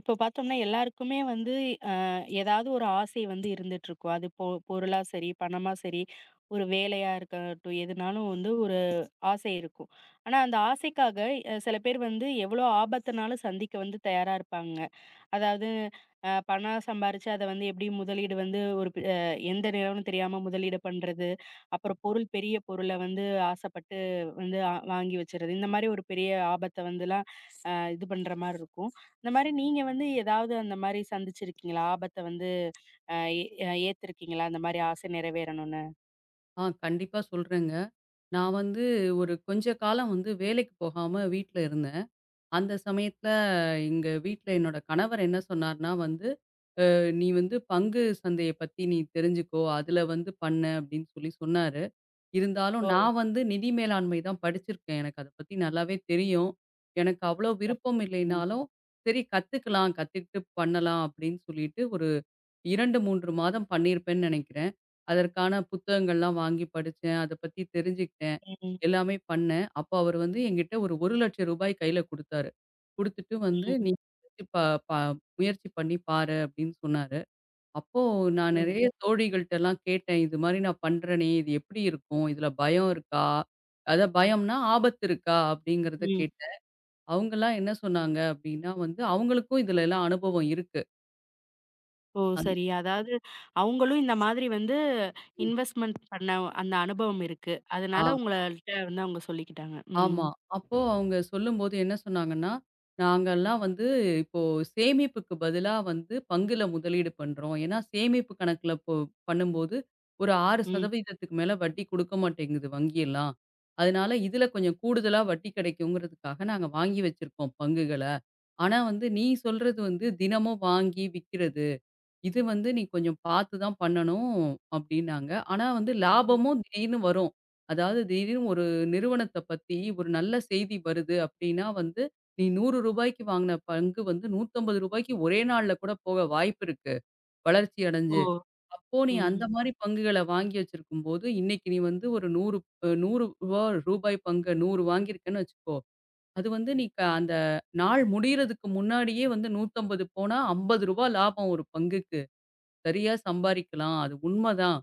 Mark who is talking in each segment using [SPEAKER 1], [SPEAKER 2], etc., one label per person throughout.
[SPEAKER 1] இப்போ பார்த்தோம்னா எல்லாருக்குமே வந்து அ ஏதாவது ஒரு ஆசை வந்து இருந்துட்டுருக்கும். அது பொருளா சரி, பணமா சரி, ஒரு வேலையா இருக்கட்டும், எதுனாலும் வந்து ஒரு ஆசை இருக்கும். ஆனா அந்த ஆசைக்காக சில பேர் வந்து எவ்வளோ ஆபத்துனாலும் சந்திக்க வந்து தயாரா இருப்பாங்க. அதாவது பணம் சம்பாரிச்சு அத வந்து எப்படி முதலீடு வந்து ஒரு பெ அ எந்த நிறுவனம் தெரியாம முதலீடு பண்றது, அப்புறம் பொருள் பெரிய பொருள வந்து ஆசைப்பட்டு வந்து வாங்கி வச்சுறது. இந்த மாரி ஒரு பெரிய ஆபத்த வந்துலாம் இது பண்ற மாரி இருக்கும். இந்த மாரி நீங்க வந்து ஏதாவது அந்த மாரி சந்திச்சிருக்கீங்களா? ஆபத்த வந்து அ ஏ அ ஏத்துருக்கீங்களா? அந்த மாரி ஆசை நிறைவேறணும்னு?
[SPEAKER 2] ஆ கண்டிப்பா சொல்றேங்க. நான் வந்து ஒரு கொஞ்ச காலம் வந்து வேலைக்கு போகாம வீட்ல இருந்தேன். அந்த சமயத்துல எங்க வீட்ல என்னோட கணவர் என்ன சொன்னார்னா வந்து, "நீ வந்து பங்கு சந்தைய பத்தி நீ தெரிஞ்சுக்கோ. அதுல வந்து பண்ணு" அப்படின்னு சொல்லி சொன்னாரு. இருந்தாலும்
[SPEAKER 1] ஓ!
[SPEAKER 2] நான் வந்து நிதி மேலாண்மை தான் படிச்சிருக்கேன். எனக்கு அத பத்தி நல்லாவே தெரியும். எனக்கு அவ்வளோ
[SPEAKER 1] சிறப்பு.
[SPEAKER 2] விருப்பம்
[SPEAKER 1] ம்.
[SPEAKER 2] இல்லைனாலும், சரி கத்துக்கலாம், கத்துக்கிட்டு பண்ணலாம் அப்படின்னு சொல்லிட்டு ஒரு 2, 3 மாதம் பண்ணியிருப்பேன்னு நெனைக்கிறேன். அதற்கான புத்தகங்கள்லாம் வாங்கி படிச்சேன். அத பத்தி தெரிஞ்சுக்கிட்டேன்.
[SPEAKER 1] ம்.
[SPEAKER 2] எல்லாமே பண்ணேன். அப்போ அவர் வந்து என்கிட்ட ஒரு ரூ. 1,00,000 கையில குடுத்தாரு. குடுத்துட்டு வந்து,
[SPEAKER 1] ம்.
[SPEAKER 2] "நீ ப ப முயற்சி பண்ணி பாரு" அப்படின்னு சொன்னாரு. அப்போ நான்
[SPEAKER 1] ம்.
[SPEAKER 2] நெறைய தோழிகள்ட்டலாம் கேட்டேன். இது மாரி நான் பண்றேனே! இது எப்படி இருக்கும்? இதுல பயம் இருக்கா? அதான் பயம்னா ஆபத்து இருக்கா? அப்படிங்கிறத
[SPEAKER 1] ம்.
[SPEAKER 2] கேட்டேன். அவங்கலாம் என்ன சொன்னாங்க அப்படின்னா வந்து, அவங்களுக்கும் இதுலலாம் அனுபவம் இருக்கு.
[SPEAKER 1] ஓ!
[SPEAKER 2] அதனா
[SPEAKER 1] சரி. அதாவது அவங்களும் இந்த மாதிரி வந்து
[SPEAKER 2] ம்.
[SPEAKER 1] இன்வெஸ்ட்மென்ட் பண்ண அந்த அனுபவம் இருக்கு.
[SPEAKER 2] ஆ.
[SPEAKER 1] அதனால உங்கள்ட்ட வந்து அவங்க சொல்லிக்கிட்டாங்க. ம்.
[SPEAKER 2] ஆமா. அப்போ அவங்க சொல்லும்போது என்ன சொன்னாங்கன்னா, நாங்கலாம் வந்து இப்போ சேமிப்புக்கு பதிலா வந்து பங்குல முதலீடு பண்றோம். ஏன்னா சேமிப்பு கணக்குல பண்ணும்போது ஒரு
[SPEAKER 1] ம்.
[SPEAKER 2] 6% மேல வட்டி குடுக்க மாட்டேங்குது வங்கியெல்லாம். அதனால இதுல கொஞ்சம் கூடுதலா வட்டி கிடைக்குங்கிறதுக்காக நாங்க வாங்கி வச்சிருக்கோம் பங்குகள. ஆனா வந்து நீ சொல்றது வந்து தினமும் வாங்கி விக்கிறது. இது வந்து நீ கொஞ்சம் பார்த்து தான் பண்ணணும் அப்டின்னாங்க. ஆனா வந்து
[SPEAKER 1] ம்.
[SPEAKER 2] லாபமும் திடீர்னு வரும். அதாவது திடீர்னு ஒரு நிறுவனத்த பத்தி ஒரு நல்ல செய்தி வருது அப்டின்னா வந்து, "நீ ரூ. 100 வாங்குன பங்கு வந்து ரூ. 150 ஒரே நாள்ல கூட போக வாய்ப்பு இருக்கு, வளர்ச்சி
[SPEAKER 1] ஓ!
[SPEAKER 2] அடைஞ்சு. அப்போ நீ
[SPEAKER 1] ம்.
[SPEAKER 2] அந்த மாரி பங்குகள வாங்கி வச்சிருக்கும்போது, இன்னைக்கு நீ வந்து ஒரு 100 அ ரூ. 100 ரூபாய் பங்கு 100 வாங்கியிருக்கன்னு வச்சுக்கோ. அது வந்து நீ அந்த நாள் முடியறதுக்கு முன்னாடியே வந்து 150 போனா ரூ. 50 லாபம் ஒரு பங்குக்கு." சரியா சம்பாரிக்கலாம். அது உண்மதான்.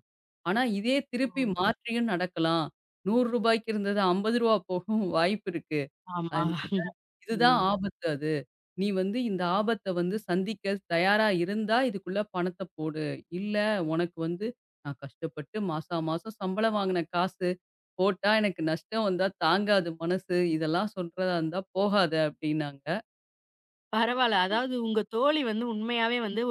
[SPEAKER 2] ஆனா, இதே
[SPEAKER 1] ஓ!
[SPEAKER 2] திருப்பி மாற்றியும் நடக்கலாம். ரூ. 100 இருந்தது ரூ. 50 போகவும் வாய்ப்பு இருக்கு.
[SPEAKER 1] ஆமா.
[SPEAKER 2] அது இதுதான்
[SPEAKER 1] ம்.
[SPEAKER 2] ஆபத்து அது. நீ வந்து இந்த ஆபத்த வந்து சந்திக்க தயாரா இருந்தா, இதுக்குள்ள பணத்த போடு. இல்ல உனக்கு வந்து நான் கஷ்டப்பட்டு மாசா மாசம் சம்பளம் வாங்கின காசு, போட்டா எனக்கு நஷ்டம் வந்தா தாங்காது மனசு. இதெல்லாம் சொல்றதா இருந்தா போகாத அப்டின்னாங்க.
[SPEAKER 1] பரவால்ல. அதாவது உங்க தோழி வந்து உண்மையாவே வந்து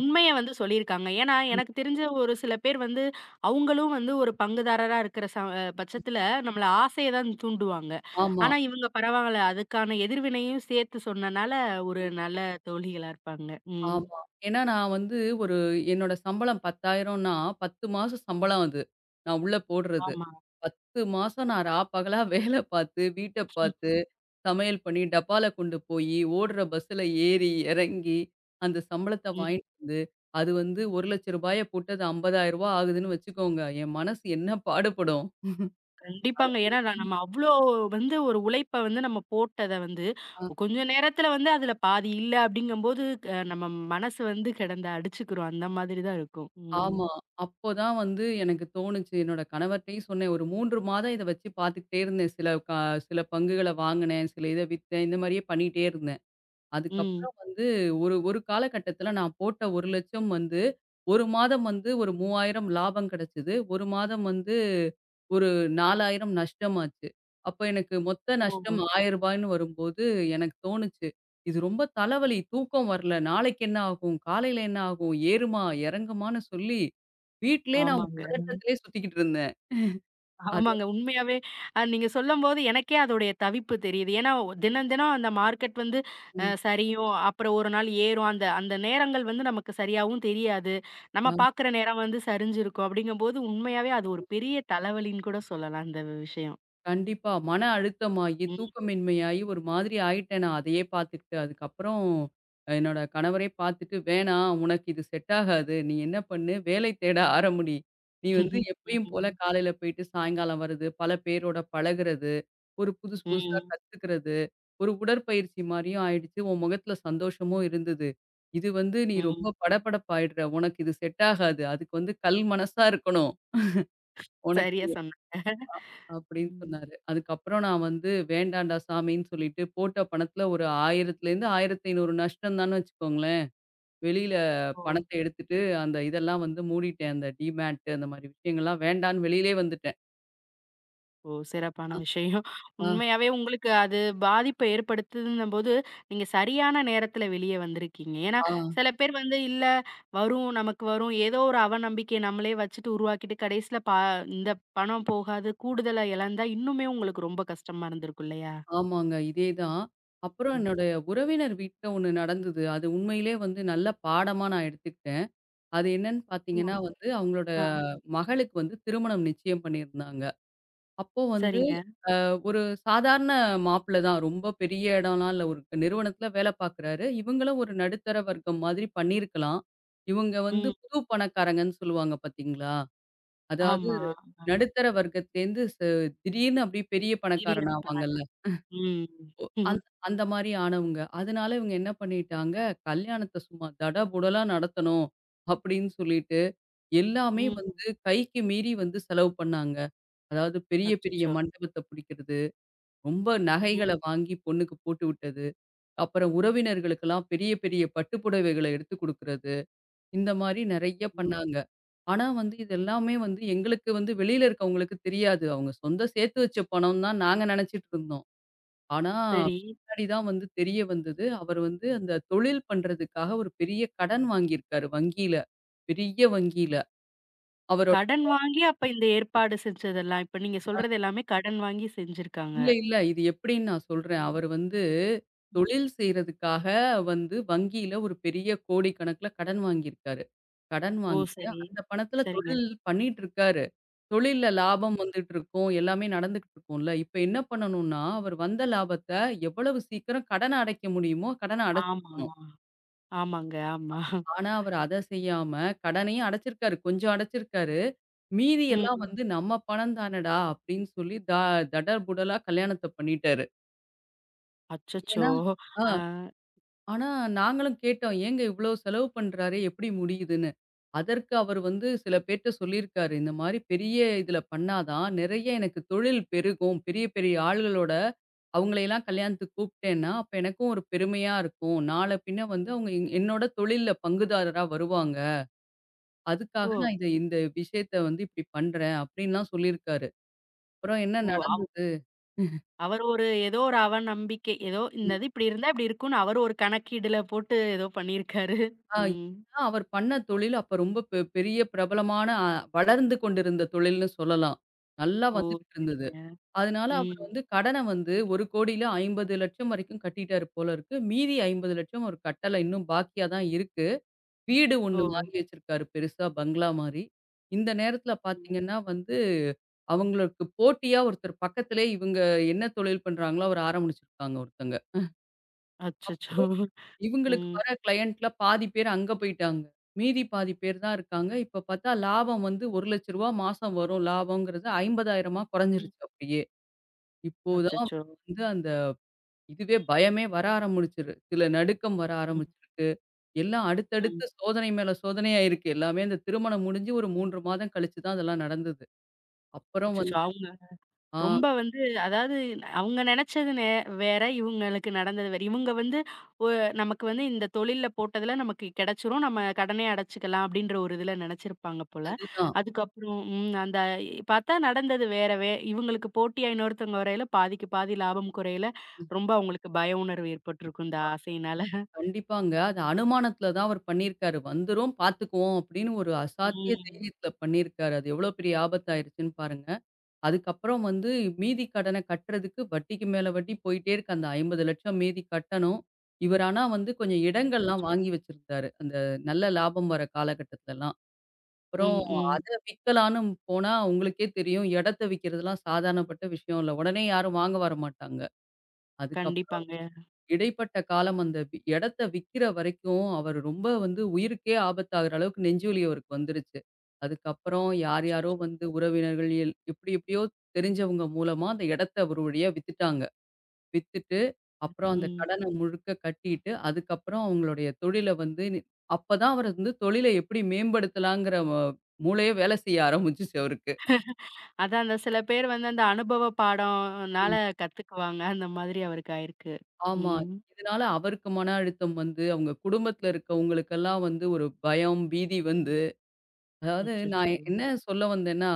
[SPEAKER 1] உண்மைய வந்து சொல்லியிருக்காங்க. ஏன்னா, எனக்கு தெரிஞ்ச ஒரு சில பேர் வந்து, அவங்களும் வந்து ஒரு பங்குதாரரா இருக்கிற ச அ பட்சத்தில நம்மள ஆசைய தான் தூண்டுவாங்க.
[SPEAKER 2] ஆமா.
[SPEAKER 1] ஆனா, இவங்க பரவால்ல. அதுக்கான எதிர்வினையும் சேர்த்து சொன்னனால, ஒரு நல்ல தோழிகளா இருப்பாங்க. ம்.
[SPEAKER 2] ஆமா. ஏன்னா நான் வந்து ஒரு என்னோட சம்பளம் 10,000ன்னா 10 மாசம் சம்பளம் அது. நான் உள்ள போடுறது.
[SPEAKER 1] ஆமா.
[SPEAKER 2] 10 மாசம் நான் ரா பகலா வேலை பார்த்து, வீட்ட பார்த்து, சமையல் பண்ணி, டப்பால கொண்டு போயி, ஓடுற பஸ்ஸுல ஏறி, இறங்கி, அந்த சம்பளத்த
[SPEAKER 1] ம்.
[SPEAKER 2] வாங்கிட்டு வந்து, அது வந்து ரூ. 1,00,000 போட்டு அது ரூ. 50,000 ஆகுதுன்னு வச்சுக்கோங்க. என் மனசு என்ன பாடுபடும்?
[SPEAKER 1] கண்டிப்பாங்க. ஏன்னா, நான் நம்ம அவ்ளோ வந்து ஒரு உழைப்ப வந்து நம்ம போட்டத வந்து, கொஞ்ச நேரத்தில வந்து அதில பாதி இல்ல அப்படிங்கும்போது, நம்ம மனசு வந்து கிடந்து அடிச்சுக்கிறோம். அந்த மாதிரி தான் இருக்கும். ம்.
[SPEAKER 2] ஆமா. அப்போ தான் வந்து எனக்கு தோணுச்சு. என்னோட கணவர்ட்டயும் சொன்னேன். ஒரு 3 மாதம் இத வச்சு பார்த்துக்கிட்டே இருந்தேன். சில பங்குகள வாங்குனேன், சில இத வித்தேன். இந்த மாரியே பண்ணிட்டே இருந்தேன்.
[SPEAKER 1] ம்.
[SPEAKER 2] அதுக்கப்புறம் வந்து ஒரு ஒரு காலகட்டத்தில நான் போட்ட 1,00,000 வந்து 1 மாதம் வந்து ஒரு 3,000 லாபம் கிடைச்சது. 1 மாதம் வந்து ஒரு 4,000 நஷ்டமாச்சு. அப்ப எனக்கு மொத்த நஷ்டம்
[SPEAKER 1] ஓ!
[SPEAKER 2] ரூ. 1,000ன்னு வரும்போது எனக்கு தோணுச்சு, இது ரொம்ப தலைவலி, தூக்கம் வரல, நாளைக்கு என்ன ஆகும்? காலையில என்ன ஆகும்? ஏறுமா? இறங்குமான்னு சொல்லி வீட்டிலேயே நான் ஒரு
[SPEAKER 1] ஆமாங்க.
[SPEAKER 2] பதட்டத்திலேயே சுத்திக்கிட்டு இருந்தேன். அது
[SPEAKER 1] ஆமாங்க. உண்மையாவே நீங்க சொல்லும்போது எனக்கே அதோடைய தவிப்பு தெரியுது. ஏன்னா, தினம் தினம் அந்த மார்க்கெட் வந்து
[SPEAKER 2] ம்.
[SPEAKER 1] சரியும், அப்புறம் ஒரு நாள் ஏறும். அந்த அந்த நேரங்கள் வந்து நமக்கு சரியாவும் தெரியாது. நம்ம
[SPEAKER 2] ஆ.
[SPEAKER 1] பார்க்குற நேரம் வந்து சரிஞ்சிருக்கும். அப்படிங்கும்போது உண்மையாவே அது ஒரு பெரிய தலைவலின்னு கூட சொல்லலாம் அந்த விஷயம்.
[SPEAKER 2] கண்டிப்பா. மன அழுத்தமாகி,
[SPEAKER 1] ம்.
[SPEAKER 2] தூக்கமின்மையாயி ஒரு மாதிரி ஆயிட்டேன் நான் அதையே பார்த்துக்கிட்டு. அதுக்கப்புறம் என்னோட கணவரே பார்த்துட்டு, "வேணாம் உனக்கு இது செட் ஆகாது. நீ என்ன பண்ணு வேலை தேட ஆரம்புடி. நீ வந்து எப்பயும் போல
[SPEAKER 1] ம்.
[SPEAKER 2] காலையில போயிட்டு சாயங்காலம் வர்றது, பல பேரோட பழகுறது, ஒரு புதுசு புதுசா
[SPEAKER 1] ம்.
[SPEAKER 2] கத்துக்கிறது, ஒரு உடற்பயிற்சி மாரியும் ஆயிடுச்சு. உன் முகத்துல சந்தோஷமும் இருந்தது. இது வந்து நீ
[SPEAKER 1] ம்.
[SPEAKER 2] ரொம்ப படபடப்பாயிடுற. உனக்கு இது செட் ஆகாது. அதுக்கு வந்து கல் மனசா இருக்கணும்.
[SPEAKER 1] சரியா
[SPEAKER 2] உனக்கு"
[SPEAKER 1] சொன்னீங்க.
[SPEAKER 2] அப்படின்னு
[SPEAKER 1] ம்.
[SPEAKER 2] சொன்னாரு. அதுக்கப்புறம் நான் வந்து வேண்டாம்டா சாமின்னு சொல்லிட்டு போட்ட பணத்துல ஒரு 1000லேருந்து 1500 நஷ்டம் தான்னு வச்சுக்கோங்களேன். வெளியில
[SPEAKER 1] ஓ!
[SPEAKER 2] பணத்த எடுத்துட்டு அந்த இதெல்லாம் வந்து மூடிட்டேன். அந்த டிமேட் அந்த மாரி விஷயங்கள்லாம் வேண்டான்னு வெளியிலே வந்துட்டேன்.
[SPEAKER 1] ஓ! சிறப்பான விஷயம்.
[SPEAKER 2] ஆ,
[SPEAKER 1] உண்மையாவே உங்களுக்கு அது பாதிப்ப ஏற்படுத்துதுன்னும்போது, நீங்க சரியான நேரத்தில வெளிய வந்திருக்கீங்க. ஏன்னா,
[SPEAKER 2] ஆ,
[SPEAKER 1] சில பேர் வந்து இல்ல வரும், நமக்கு வரும் ஏதோ ஒரு அவநம்பிக்கைய நம்மளே வச்சுட்டு உருவாக்கிட்டு கடைசில இந்த பணம் போகாது, கூடுதலா இழந்தா இன்னுமே உங்களுக்கு ரொம்ப கஷ்டமா இருந்திருக்கும் இல்லையா?
[SPEAKER 2] ஆமாங்க. இதேதான். அப்புறம்
[SPEAKER 1] ம்.
[SPEAKER 2] என்னுடைய உறவினர் வீட்ல ஒண்ணு நடந்தது. அது உண்மையிலே வந்து நல்ல பாடமா நான் எடுத்துக்கிட்டேன். அது என்னன்னு
[SPEAKER 1] ஓ!
[SPEAKER 2] பார்த்தீங்கன்னா வந்து, அவங்களோட
[SPEAKER 1] ஆ,
[SPEAKER 2] மகளுக்கு வந்து திருமணம் நிச்சயம் பண்ணியிருந்தாங்க. அப்போ வந்து
[SPEAKER 1] சரிங்க.
[SPEAKER 2] ஒரு சாதாரண மாப்பிள தான். ரொம்ப பெரிய இடம்லாம் இல்ல. ஒரு நிறுவனத்துல வேலை பார்க்குறாரு. இவங்களும் ஒரு நடுத்தர வர்க்கம் மாதிரி பண்ணியிருக்கலாம். இவங்க வந்து
[SPEAKER 1] ம்.
[SPEAKER 2] புது பணக்காரங்கன்னு சொல்லுவாங்க பார்த்தீங்களா? அதாவது
[SPEAKER 1] ஆமா. ஆ.
[SPEAKER 2] நடுத்தர வர்க்கத்துலேருந்து திடீர்னு அப்படியே பெரிய பணக்காரன்
[SPEAKER 1] திடீர்னு பண்ணாக்க.
[SPEAKER 2] ஆவாங்கல்ல.
[SPEAKER 1] ம்.
[SPEAKER 2] அந்த அந்த மாரி ஆனவங்க. அதனால இவங்க என்ன பண்ணிட்டாங்க, கல்யாணத்த சும்மா தடபுடலா நடத்தணும் அப்படின்னு சொல்லிட்டு, எல்லாமே
[SPEAKER 1] ம்.
[SPEAKER 2] வந்து கைக்கு மீறி வந்து செலவு பண்ணாங்க. அதாவது பெரிய பெரிய
[SPEAKER 1] அச்சச்சோ!
[SPEAKER 2] மண்டபத்த புடிக்கிறது. ரொம்ப
[SPEAKER 1] ம்.
[SPEAKER 2] நகைகள வாங்கி பொண்ணுக்கு போட்டு விட்டது. அப்புறம் உறவினர்களுக்கெல்லாம் பெரிய, பெரிய பட்டு புடவைகள எடுத்து குடுக்குறது. இந்த மாரி நெறைய
[SPEAKER 1] ம்.
[SPEAKER 2] பண்ணாங்க. ஆனா வந்து இது எல்லாமே வந்து எங்களுக்கு வந்து வெளியில இருக்கவங்களுக்கு தெரியாது. அவங்க சொந்த சேர்த்து வச்ச பணம் தான் நாங்க நெனைச்சுட்டு இருந்தோம். ஆனா
[SPEAKER 1] சரி.
[SPEAKER 2] பின்னாடி தான் வந்து தெரிய வந்தது. அவர் வந்து அந்த தொழில் பண்றதுக்காக ஒரு பெரிய கடன் வாங்கியிருக்காரு வங்கியில. பெரிய வங்கியில. அவர்
[SPEAKER 1] கடன் வாங்கி அப்ப இந்த ஏற்பாடு செஞ்சதெல்லாம். இப்ப நீங்க சொல்றது எல்லாமே கடன் வாங்கி செஞ்சிருக்காங்க.
[SPEAKER 2] இல்ல, இல்ல. இது எப்படின்னு நான் சொல்றேன்.
[SPEAKER 1] ம்,
[SPEAKER 2] அவரு வந்து
[SPEAKER 1] ம்.
[SPEAKER 2] தொழில் செய்றதுக்காக வந்து வங்கியில ஒரு பெரிய கோடிக்கணக்குல கடன் வாங்கியிருக்காரு. கடன்
[SPEAKER 1] ஓ!
[SPEAKER 2] வாங்கிட்டு
[SPEAKER 1] சரி.
[SPEAKER 2] அந்த பணத்துல
[SPEAKER 1] சரிங்க.
[SPEAKER 2] தொழில் பண்ணிட்டு இருக்காரு. தொழில்ல லாபம்
[SPEAKER 1] ம்.
[SPEAKER 2] வந்துட்டு இருக்கும். எல்லாமே நடந்துகிட்டு இருக்கும்ல. இப்ப என்ன பண்ணணும்னா, அவர் வந்த லாபத்த எவ்வளவு சீக்கிரம் கடன அடைக்க முடியுமோ கடன
[SPEAKER 1] ஆமா.
[SPEAKER 2] அடைச்சிருக்கணும்.
[SPEAKER 1] ஆமாங்க. ஆமா.
[SPEAKER 2] ஆனா அவர் அத செய்யாம கடனையும் அடைச்சிருக்காரு. கொஞ்சம் அடைச்சிருக்காரு. மீதி எல்லாம்
[SPEAKER 1] ம்.
[SPEAKER 2] வந்து நம்ம பணம் தானடா அப்படின்னு சொல்லி தடபுடலா கல்யாணத்த பண்ணிட்டாரு.
[SPEAKER 1] அச்சச்சோ!
[SPEAKER 2] ஏன்னா ஆ
[SPEAKER 1] ஆ.
[SPEAKER 2] ஆனா நாங்களும் கேட்டோம். "ஏங்க இவ்ளோ செலவு பண்றாரே! எப்படி முடியுதுன்னு?" அதற்கு அவர் வந்து சில பேர்ட்ட சொல்லியிருக்காரு. இந்த மாரி பெரிய இதுல பண்ணாதான் நெறைய எனக்கு தொழில் பெருகும். பெரிய பெரிய ஆளுகளோட அவங்களையெல்லாம் கல்யாணத்துக்கு கூப்பிட்டேன்னா, அப்ப எனக்கும் ஒரு பெருமையா இருக்கும். நாள பின்ன வந்து அவங்க என்னோட தொழில்ல பங்குதாரரா வருவாங்க. அதுக்காக
[SPEAKER 1] ஓ!
[SPEAKER 2] நான் இத இந்த விஷயத்த வந்து இப்படி பண்றேன். அப்படின்லாம் சொல்லியிருக்காரு. அப்புறம் என்ன
[SPEAKER 1] ஓ!
[SPEAKER 2] நடந்தது?
[SPEAKER 1] அவர் ஒரு ஏதோ ஒரு அவநம்பிக்கை. ஏதோ இந்த இது இப்படி இருந்தா இப்படி இருக்கும்னு அவரு ஒரு கணக்கீடுல போட்டு ஏதோ பண்ணியிருக்காரு.
[SPEAKER 2] ஆ
[SPEAKER 1] ம்.
[SPEAKER 2] ஏன்னா அவர் பண்ண தொழில் அப்ப ரொம்ப பெரிய பிரபலமான வளர்ந்து கொண்டிருந்த தொழில்னு சொல்லலாம். நல்லா
[SPEAKER 1] ஓ!
[SPEAKER 2] வந்துகிட்டு இருந்தது.
[SPEAKER 1] சரிங்க.
[SPEAKER 2] அதனால அவர்
[SPEAKER 1] ம்.
[SPEAKER 2] வந்து கடன வந்து 1,50,00,000 வரைக்கும் கட்டிட்டாரு போல இருக்கு. மீதி 50,00,000 அவர் கட்டல. இன்னும் பாக்கியா தான் இருக்கு. வீடு
[SPEAKER 1] ஓ!
[SPEAKER 2] ஒண்ணு வாங்கி வச்சிருக்காரு பெருசா பங்களா மாரி. இந்த நேரத்துல
[SPEAKER 1] ம்.
[SPEAKER 2] பார்த்தீங்கன்னா வந்து, அவங்களுக்கு போட்டியா ஒருத்தர் பக்கத்திலே இவங்க என்ன தொழில் பண்றாங்களோ, அவர் ஆரம்பிச்சிருக்காங்க ஒருத்தங்க.
[SPEAKER 1] அச்சச்சோ!
[SPEAKER 2] இவுங்களுக்கு
[SPEAKER 1] ம்.
[SPEAKER 2] வர கிளையண்ட்ல பாதி பேர் அங்க போயிட்டாங்க. மீதி பாதி பேர் தான் இருக்காங்க. இப்ப பார்த்தா லாபம் வந்து ரூ. 1,00,000 மாசம் வரும் லாபம்ங்கிறது 50,000
[SPEAKER 1] ம்.
[SPEAKER 2] அப்படியிருச்சு அப்படியே. இப்போ தான்
[SPEAKER 1] அச்சச்சோ!
[SPEAKER 2] அவருக்கு வந்து அந்த இதுவே பயமே வர ஆரம்பிச்சுருச்சுல நடுக்கம் வர
[SPEAKER 1] ம்.
[SPEAKER 2] ஆரம்பிச்சிருக்கு. எல்லாம்
[SPEAKER 1] ம்.
[SPEAKER 2] அடுத்தடுத்து சோதனை மேல சோதனையா இருக்கு. எல்லாமே அந்த திருமணம் முடிஞ்சு ஒரு 3 மாதம் கழிச்சு தான் அதெல்லாம் நடந்தது. அப்புறம்
[SPEAKER 1] அச்சச்சோ!
[SPEAKER 2] வந்து
[SPEAKER 1] அவங்க
[SPEAKER 2] ஆ
[SPEAKER 1] ரொம்ப வந்து அதாவது அவங்க நெனச்சது வேற, இவங்களுக்கு நடந்தது வேற. இவங்க வந்து ஒ நமக்கு வந்து இந்த தொழில்ல போட்டதுல நமக்கு கெடைச்சிரும். நம்ம கடனே அடைச்சுக்கலாம் அப்டின்ற ஒரு இதுல நெனச்சிருப்பாங்க போல.
[SPEAKER 2] அதுதான்.
[SPEAKER 1] அதுக்கப்புறம் ம் அந்த பார்த்தா நடந்தது வேற. இவங்களுக்கு போட்டியா இன்னொருத்தவங்க வரையில பாதிக்கு பாதி லாபம் குறையில ரொம்ப அவங்களுக்கு பய உணர்வு ஏற்பட்டிருக்கும் இந்த ஆசையினால.
[SPEAKER 2] கண்டிப்பாங்க. அது அனுமானத்துல தான் அவர் பண்ணியிருக்காரு. வந்துரும் பார்த்துக்குவோம் அப்படின்னு ஒரு அசாத்திய
[SPEAKER 1] ம்.
[SPEAKER 2] தைரியத்துல பண்ணியிருக்காரு. அது எவ்வளோ பெரிய ஆபத்தாயிருச்சுன்னு பாருங்க. அதுக்கப்புறம் வந்து மீதி கடன கட்டுறதுக்கு வட்டிக்கு மேல வட்டி போயிட்டே இருக்கு. அந்த 50,00,000 மீதி கட்டணும். இவர் ஆனா வந்து கொஞ்சம் இடங்கள்லாம்
[SPEAKER 1] அச்சச்சோ!
[SPEAKER 2] வாங்கி வச்சிருந்தாரு. அந்த நல்ல லாபம் வர காலகட்டத்துலலாம். அப்புறம்
[SPEAKER 1] ம், ம்.
[SPEAKER 2] அத விக்கலான்னு போனா உங்களுக்கே தெரியும், இடத்த விக்கிறதுலாம் சாதாரணப்பட்ட விஷயம் இல்ல. உடனே யாரும் வாங்க வரமாட்டாங்க. அதுக்கப்புறம்
[SPEAKER 1] கண்டிப்பாங்க.
[SPEAKER 2] இடைப்பட்ட காலம் அந்த இடத்த விக்கிற வரைக்கும், அவரு ரொம்ப வந்து உயிருக்கே ஆபத்தாகுற அளவுக்கு நெஞ்சுவலி அவருக்கு வந்துருச்சு. அதுக்கப்புறம் யார் யாரோ
[SPEAKER 1] அச்சச்சோ!
[SPEAKER 2] வந்து உறவினர்கள் எப்டி எப்டியோ தெரிஞ்சவங்க மூலமா அந்த இடத்த ஒரு வழியா வித்துட்டாங்க. வித்துட்டு, அப்புறம் ம். அந்த
[SPEAKER 1] ம்.
[SPEAKER 2] கடன முழுக்க கட்டிட்டு, அதுக்கப்புறம் அவங்களுடைய தொழில வந்து அப்பதான் அவரு வந்து தொழில எப்டி மேம்படுத்தலாங்கிற மூளையே வேல செய்ய ஆரம்பிச்சுச்சு அவருக்கு.
[SPEAKER 1] அதான் அந்த சில பேர் வந்து அந்த அனுபவ பாடம்னால
[SPEAKER 2] ம்.
[SPEAKER 1] கத்துக்குவாங்க. அந்த மாதிரி அவருக்கு ஆயிருக்கு.
[SPEAKER 2] ஆமா.
[SPEAKER 1] ம்.
[SPEAKER 2] இதனால அவருக்கு மன அழுத்தம் வந்து, அவங்க குடும்பத்துல இருக்கவங்களுக்கெல்லாம் வந்து ஒரு பயம், பீதி வந்து அதாவது நான்
[SPEAKER 1] அச்சச்சோ!
[SPEAKER 2] என்ன சொல்ல வந்தேன்னா,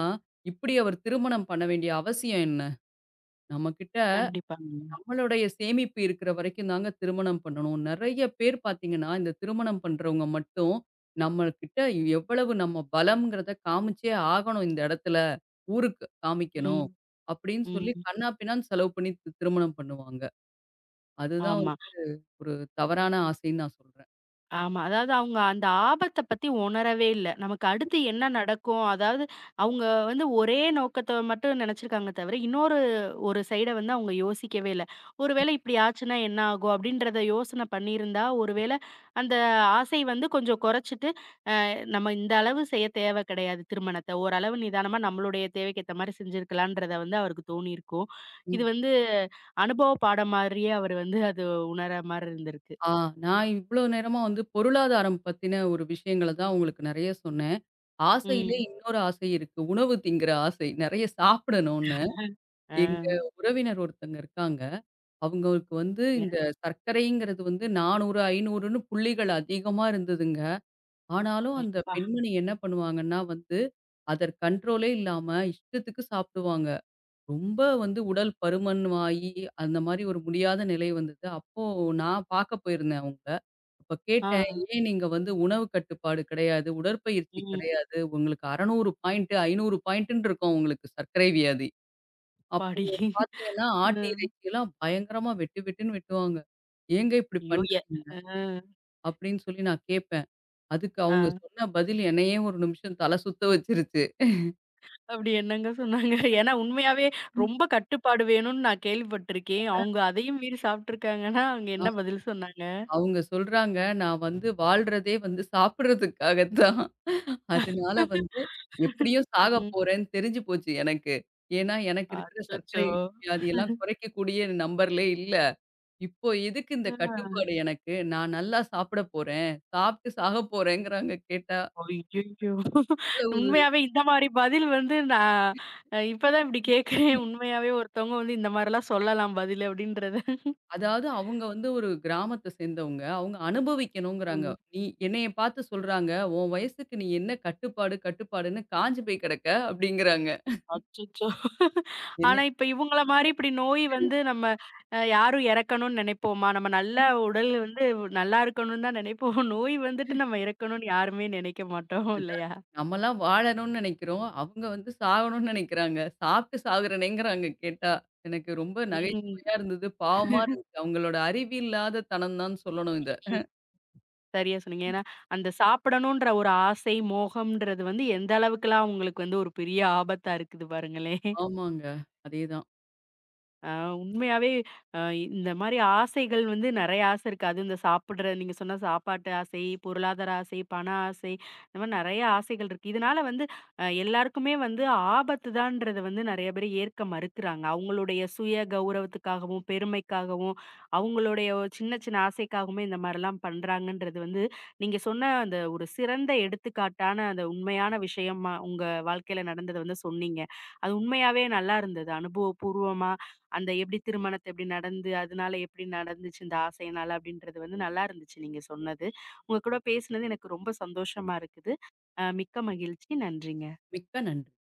[SPEAKER 2] இப்படி அவர் திருமணம் பண்ண வேண்டிய அவசியம் என்ன? நம்மகிட்ட
[SPEAKER 1] கண்டிப்பாங்க.
[SPEAKER 2] நம்மளுடைய சேமிப்பு இருக்கிற வரைக்கும் தாங்க திருமணம் பண்ணணும். நெறைய பேர் பார்த்தீங்கன்னா, இந்த திருமணம் பண்றவங்க மட்டும் நம்மகிட்ட எவ்வளவு நம்ம பலம்ங்கிறத காமிச்சே ஆகணும் இந்த இடத்துல. ஊருக்கு காமிக்கணும்.
[SPEAKER 1] ம்,
[SPEAKER 2] அப்படின்னு சொல்லி
[SPEAKER 1] ம்.
[SPEAKER 2] கன்னா பின்னான்னு செலவு பண்ணி திருமணம் பண்ணுவாங்க. அதுதான்
[SPEAKER 1] ஆமா,
[SPEAKER 2] வந்து ஒரு தவறான ஆசைன்னு நான் சொல்றேன்.
[SPEAKER 1] ஆமா. அதாவது அவங்க அந்த ஆபத்த பத்தி உணரவே இல்ல. நமக்கு அடுத்து என்ன நடக்கும்? அதாவது அவங்க வந்து ஒரே நோக்கத்த மட்டும் நினைச்சிருக்காங்க தவிர, இன்னொரு ஒரு சைட வந்து அவங்க யோசிக்கவே இல்ல. ஒருவேளை இப்படி ஆச்சுன்னா என்ன ஆகும்? அப்படின்றத யோசனை பண்ணியிருந்தா, ஒருவேளை அந்த ஆசை வந்து கொஞ்சம் குறைச்சிட்டு நம்ம இந்த அளவு செய்ய தேவை கிடையாது திருமணத்த. ஓரளவு நிதானமா நம்மளுடைய தேவைக்கு ஏத்த மாரி செஞ்சிருக்கலான்றத வந்து அவருக்கு தோணியிருக்கும். இது
[SPEAKER 2] ம்.
[SPEAKER 1] வந்து அனுபவ பாடம் மாரியே அவரு வந்து அது உணர்ற மாரி இருந்திருக்கு.
[SPEAKER 2] ஆ நான் இவ்வளோ நேரமா வந்து பொருளாதாரம் பத்தின ஒரு விஷயங்கள தான் உங்களுக்கு நெறைய சொன்னேன். ஆசையிலே
[SPEAKER 1] ம்.
[SPEAKER 2] இன்னொரு ஆசை இருக்கு. உணவு திங்கிற ஆசை. நெறைய சாப்பிடணும்னு.
[SPEAKER 1] ஆ.
[SPEAKER 2] எங்க உறவினர் ஒருத்தங்க இருக்காங்க. அவங்களுக்கு வந்து
[SPEAKER 1] ய
[SPEAKER 2] இந்த சர்க்கரைங்கிறது வந்து 400, 500ன்னு புள்ளிகள் அதிகமா இருந்ததுங்க. ஆனாலும் அந்த
[SPEAKER 1] அப்பா!
[SPEAKER 2] பெண்மணி என்ன பண்ணுவாங்கன்னா வந்து, கண்ட்ரோலே இல்லாம இஷ்டத்துக்கு சாப்பிடுவாங்க. ரொம்ப வந்து உடல் பருமனாயி, அந்த மாரி ஒரு முடியாத நிலை வந்தது. அப்போ நான் பார்க்க போயிருந்தேன் அவங்கள. அப்ப கேட்டேன்,
[SPEAKER 1] ஆ.
[SPEAKER 2] "ஏன் நீங்க வந்து உணவு கட்டுப்பாடு கிடையாது, உடற்பயிற்சி
[SPEAKER 1] ம்.
[SPEAKER 2] கிடையாது, உங்களுக்கு 600 பாயிண்ட், 500 பாயிண்ட்டுன்னு இருக்கும் உங்களுக்கு சர்க்கரை வியாதி. அப்போ
[SPEAKER 1] அப்பாடி!
[SPEAKER 2] பார்த்தீங்கன்னா, ஆட்டு
[SPEAKER 1] ம்.
[SPEAKER 2] இறைச்சியெல்லாம் பயங்கரமா வெட்டு வெட்டுன்னு வெட்டுவாங்க. ஏங்க இப்படி
[SPEAKER 1] ஐயோ!
[SPEAKER 2] பண்றீங்க?"
[SPEAKER 1] ஆ.
[SPEAKER 2] அப்படின்னு சொல்லி நான் கேட்பேன். அதுக்கு
[SPEAKER 1] ஆ.
[SPEAKER 2] அவங்க சொன்ன பதில் என்னையே ஒரு நிமிஷம் தலை சுத்த வச்சுருச்சு.
[SPEAKER 1] அப்படி என்னங்க சொன்னாங்க? ஏன்னா உண்மையாவே ரொம்ப கட்டுப்பாடு வேணும்னு நான் கேள்விப்பட்டுருக்கேன். அவங்க அதையும் மீறி சாப்ட்டுருக்காங்கன்னா, அவங்க என்ன பதில் சொன்னாங்க?
[SPEAKER 2] அவங்க சொல்றாங்க, "நான் வந்து வாழ்றதே வந்து சாப்பிடுறதுக்காக தான். அதனால வந்து எப்படியும் சாக
[SPEAKER 1] ம்.
[SPEAKER 2] போறேன்னு தெரிஞ்சு போச்சு எனக்கு. ஏன்னா, எனக்கு இருக்கிற
[SPEAKER 1] அச்சச்சோ!
[SPEAKER 2] சர்க்கரை வியாதியெல்லாம் குறைக்கக்கூடிய நம்பர்லே இல்ல. இப்போ எதுக்கு இந்த
[SPEAKER 1] ஆ.
[SPEAKER 2] கட்டுப்பாடு எனக்கு? நான் நல்லா சாப்பிட போறேன். சாப்பிட்டு சாக போறேங்கிறாங்க கேட்டா."
[SPEAKER 1] அய்யய்யோ!
[SPEAKER 2] அவ்வளவு
[SPEAKER 1] உண்மையாவே இந்த மாரி பதில் வந்து நான் இப்பதான் இப்படி கேட்கிறேன். உண்மையாவே ஒருத்தவங்க வந்து இந்த மாரிலாம் சொல்லலாம் பதில் அப்படின்றத.
[SPEAKER 2] அதாவது அவங்க வந்து ஒரு கிராமத்த சேர்ந்தவங்க. அவங்க அனுபவிக்கணுங்கிறாங்க.
[SPEAKER 1] ம்.
[SPEAKER 2] "நீ என்னைய பார்த்து சொல்றாங்க, உன் வயசுக்கு நீ என்ன கட்டுப்பாடு, கட்டுப்பாடுன்னு காஞ்சு போய் கிடக்க" அப்படிங்கிறாங்க.
[SPEAKER 1] அச்சச்சோ! ஆனா
[SPEAKER 2] என்னை
[SPEAKER 1] இப்ப இவங்கள மாரி இப்படி நோய் வந்து நம்ம யாரும் இறக்கணும்னு நினைப்போமா? நம்ம நல்லா உடல் வந்து நல்லா இருக்கணும்னு தான் நினைப்போம். நோய் வந்துட்டு நம்ம இறக்கணும்னு யாருமே நினைக்க மாட்டோம்
[SPEAKER 2] அதான்.
[SPEAKER 1] இல்லையா?
[SPEAKER 2] நம்மலாம் வாழணும்னு நெனைக்கிறோம். அவங்க வந்து சாகணும்னு நெனைக்கிறாங்க. சாப்ட்டு சாகுறனேங்கிறாங்க கேட்டா. எனக்கு ரொம்ப
[SPEAKER 1] ம்.
[SPEAKER 2] நகைச்சுவையா இருந்தது. பாவமா இருந்துச்சு. அவங்களோட அறிவு இல்லாத தனம் தான் சொல்லணும் இத.
[SPEAKER 1] ம். சரியா சொன்னீங்க. ஏன்னா அந்த சாப்பிடணுன்ற ஒரு ஆசை, மோகம்ன்றது வந்து எந்த அளவுக்குலாம் உங்களுக்கு வந்து ஒரு பெரிய ஆபத்தா இருக்குது பாருங்களேன்.
[SPEAKER 2] ஆமாங்க. அதேதான்.
[SPEAKER 1] ஆ உண்மையாவே அ இந்த மாரி ஆசைகள் வந்து நெறைய ஆசை இருக்கு. அதுவும் இந்த சாப்பிடுற நீங்க சொன்ன சாப்பாட்டு ஆசை, பொருளாதார ஆசை, பண ஆசை, இந்த மாரி நெறைய ஆசைகள் இருக்கு. இதனால வந்து எல்லாருக்குமே வந்து ஆபத்து தான்றத வந்து நெறைய பேர் ஏற்க மறுக்கிறாங்க. அவங்களுடைய சுய கௌரவத்துக்காகவும், பெருமைக்காகவும், அவங்களுடைய ஒரு சின்ன சின்ன ஆசைக்காகவுமே இந்த மாரிலாம் பண்றாங்கன்றது வந்து, நீங்க சொன்ன அந்த ஒரு சிறந்த எடுத்துக்காட்டான அந்த உண்மையான விஷயமா உங்க வாழ்க்கையில நடந்தத வந்து சொன்னீங்க. அது உண்மையாவே நல்லா இருந்தது. அனுபவபூர்வமா அந்த எப்படி திருமணத்தை எப்படி நடந்து, அதனால எப்படி நடந்துச்சு இந்த ஆசையினால அப்படின்றது வந்து நல்லா இருந்துச்சு நீங்க சொன்னது. உங்க கூட பேசினது எனக்கு ரொம்ப சந்தோஷமா இருக்குது. மிக்க மகிழ்ச்சி. நன்றிங்க.
[SPEAKER 2] மிக்க நன்றி.